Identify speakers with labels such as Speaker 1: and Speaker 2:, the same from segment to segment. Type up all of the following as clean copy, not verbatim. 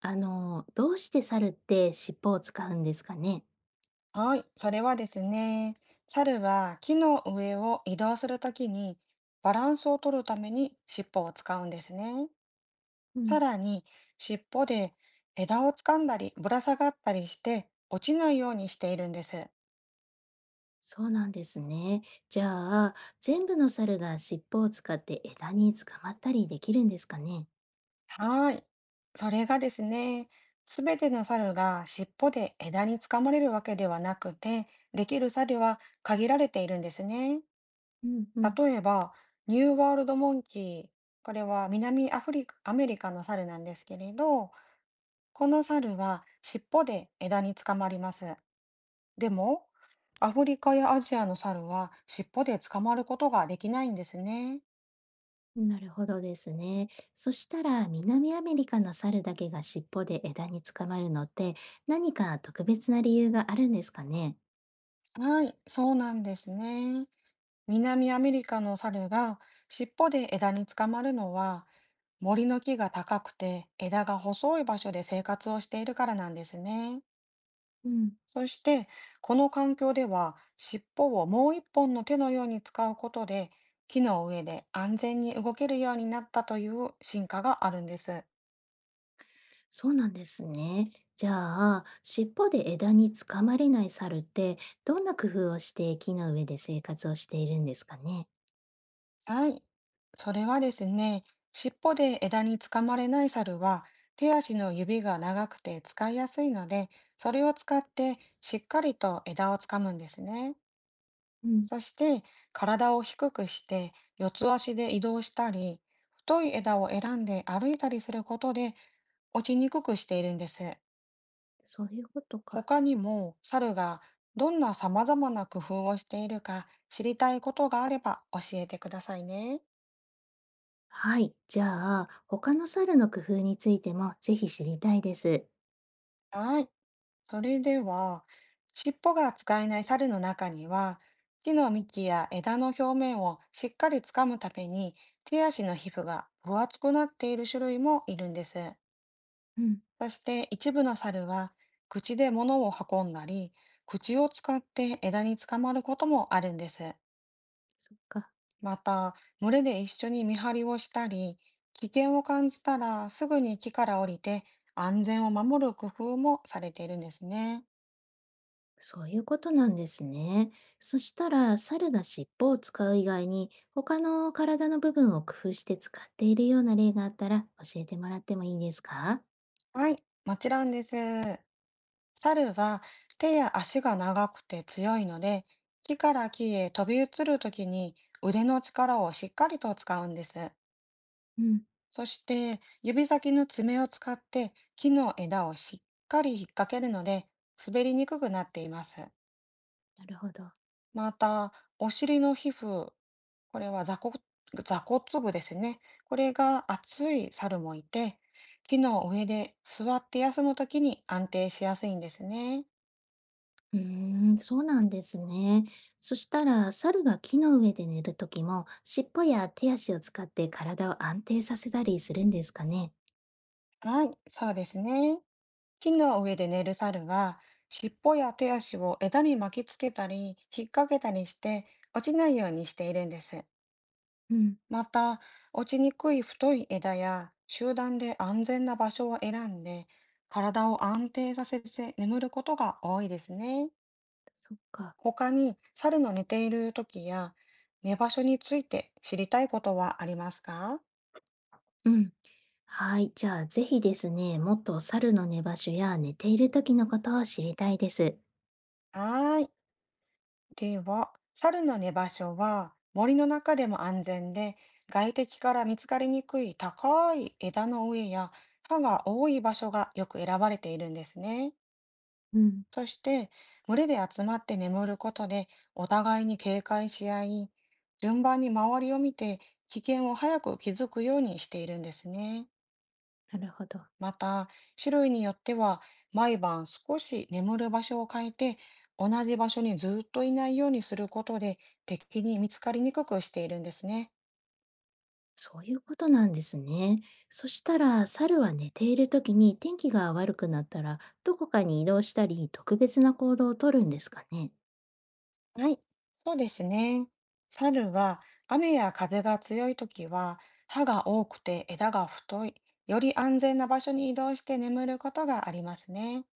Speaker 1: どうして猿って尻尾を使うんですかね？
Speaker 2: はい、それはですね、猿は木の上を移動するときにバランスを取るために尻尾を使うんですね。
Speaker 1: う
Speaker 2: さ
Speaker 1: ん、
Speaker 2: らに尻尾で枝を掴んだりぶら下がったりして落ちないようにしているんです。
Speaker 1: そうなんですね。じゃあ、全部の猿が尻尾を使って枝に捕まったりできるんですかね？
Speaker 2: はい、それがですね、すべての猿が尻尾で枝につかまれるわけではなくて、できる猿は限られているんですね。
Speaker 1: うんうん。
Speaker 2: 例えば、ニューワールドモンキー、これは南アフリカ、アメリカの猿なんですけれど、この猿は尻尾で枝につかまります。でも、アフリカやアジアの猿は尻尾で捕まることができないんですね。
Speaker 1: なるほどですね。そしたら、南アメリカの猿だけが尻尾で枝に捕まるのって、何か特別な理由があるんですかね？
Speaker 2: はい、そうなんですね。南アメリカの猿が尻尾で枝につかまるのは、森の木が高くて枝が細い場所で生活をしているからなんですね。そして、この環境では、尻尾をもう一本の手のように使うことで、木の上で安全に動けるようになったという進化があるんです。
Speaker 1: そうなんですね。じゃあ、尻尾で枝につかまれない猿って、どんな工夫をして木の上で生活をしているんですかね？
Speaker 2: はい。それはですね、尻尾で枝につかまれない猿は、手足の指が長くて使いやすいので、それを使ってしっかりと枝をつかむんですね。
Speaker 1: うん、
Speaker 2: そして、体を低くして、四つ足で移動したり、太い枝を選んで歩いたりすることで、落ちにくくしているんです。
Speaker 1: そういうことか。
Speaker 2: 他にも猿がどんな様々な工夫をしているか知りたいことがあれば教えてくださいね。
Speaker 1: はい。じゃあ、他の猿の工夫についてもぜひ知りたいです。
Speaker 2: はい。それでは、尻尾が使えない猿の中には、木の幹や枝の表面をしっかり掴むために手足の皮膚が分厚くなっている種類もいるんです。
Speaker 1: うん、
Speaker 2: そして一部の猿は口で物を運んだり、口を使って枝につかまることもあるんです。
Speaker 1: そっか。
Speaker 2: また、群れで一緒に見張りをしたり、危険を感じたらすぐに木から降りて安全を守る工夫もされているんですね。
Speaker 1: そういうことなんですね。そしたら、猿が尻尾を使う以外に、他の体の部分を工夫して使っているような例があったら教えてもらってもいいですか？
Speaker 2: はい、もちろんです。猿は手や足が長くて強いので、木から木へ飛び移るときに腕の力をしっかりと使うんです。
Speaker 1: うん、
Speaker 2: そして、指先の爪を使って木の枝をしっかり引っ掛けるので、滑りにくくなっています。
Speaker 1: なるほど。
Speaker 2: また、お尻の皮膚、これは座骨、座骨部ですね。これが厚い猿もいて、木の上で座って休むときに安定しやすいんですね。
Speaker 1: うーん、そうなんですね。そしたら、猿が木の上で寝るときも、尻尾や手足を使って体を安定させたりするんですかね。
Speaker 2: はい、そうですね。木の上で寝る猿は、尻尾や手足を枝に巻きつけたり、引っ掛けたりして、落ちないようにしているんです。
Speaker 1: うん、
Speaker 2: また、落ちにくい太い枝や集団で安全な場所を選んで、体を安定させて眠ることが多いですね。
Speaker 1: そっか。
Speaker 2: 他に、猿の寝ている時や寝場所について知りたいことはありますか？
Speaker 1: うん。はい。じゃあ、ぜひですね、もっと猿の寝場所や寝ているときのことを知りたいです。
Speaker 2: はーい。では、猿の寝場所は森の中でも安全で、外敵から見つかりにくい高い枝の上や葉が多い場所がよく選ばれているんですね。
Speaker 1: うん、
Speaker 2: そして、群れで集まって眠ることで、お互いに警戒し合い、順番に周りを見て、危険を早く気づくようにしているんですね。
Speaker 1: なるほど。
Speaker 2: また、種類によっては、毎晩少し眠る場所を変えて、同じ場所にずっといないようにすることで、敵に見つかりにくくしているんですね。
Speaker 1: そういうことなんですね。そしたら、猿は寝ているときに天気が悪くなったら、どこかに移動したり、特別な行動をとるんですかね。
Speaker 2: はい、そうですね。猿は雨や風が強い時は葉が多くて枝が太い、より安全な場所に移動して眠ることがありますね。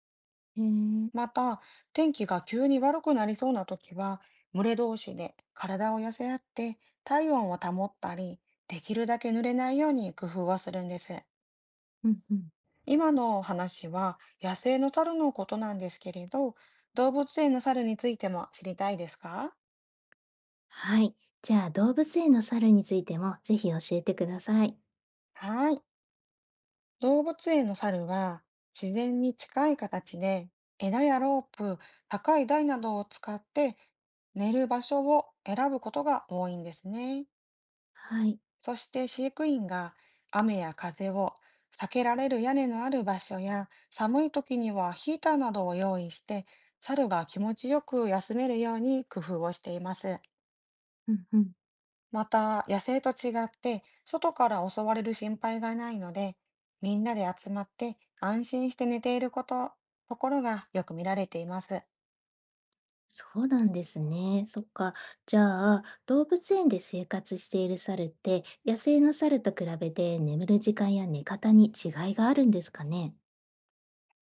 Speaker 1: へえ、
Speaker 2: また、天気が急に悪くなりそうな時は群れ同士で体を寄せ合って体温を保ったり、できるだけ濡れないように工夫をするんです。
Speaker 1: うんうん。
Speaker 2: 今のお話は野生の猿のことなんですけれど、動物園の猿についても知りたいですか？
Speaker 1: はい。じゃあ、動物園の猿についてもぜひ教えてください。
Speaker 2: はい。動物園の猿は自然に近い形で枝やロープ、高い台などを使って寝る場所を選ぶことが多いんですね。
Speaker 1: はい。
Speaker 2: そして飼育員が雨や風を避けられる屋根のある場所や寒い時にはヒーターなどを用意して猿が気持ちよく休めるように工夫をしています。
Speaker 1: うんうん。
Speaker 2: また、野生と違って、外から襲われる心配がないので、みんなで集まって安心して寝ていること、ところがよく見られています。
Speaker 1: そうなんですね。そっか。じゃあ、動物園で生活している猿って、野生の猿と比べて眠る時間や寝方に違いがあるんですかね？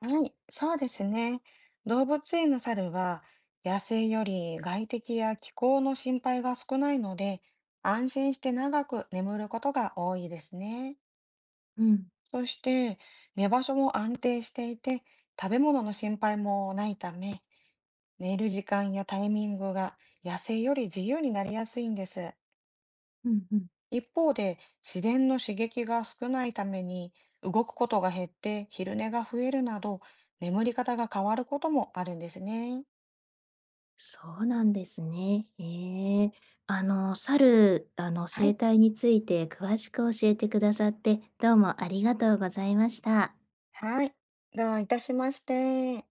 Speaker 2: はい、そうですね。動物園の猿は、野生より外敵や気候の心配が少ないので、安心して長く眠ることが多いですね。
Speaker 1: うん。
Speaker 2: そして、寝場所も安定していて、食べ物の心配もないため、寝る時間やタイミングが野生より自由になりやすいんです。
Speaker 1: うんうん。
Speaker 2: 一方で自然の刺激が少ないために動くことが減って昼寝が増えるなど眠り方が変わることもあるんですね。
Speaker 1: そうなんですね。へえ。猿、
Speaker 2: はい。
Speaker 1: 生態について詳しく教えてくださって、どうもありがとうございました。
Speaker 2: はい。どういたしまして。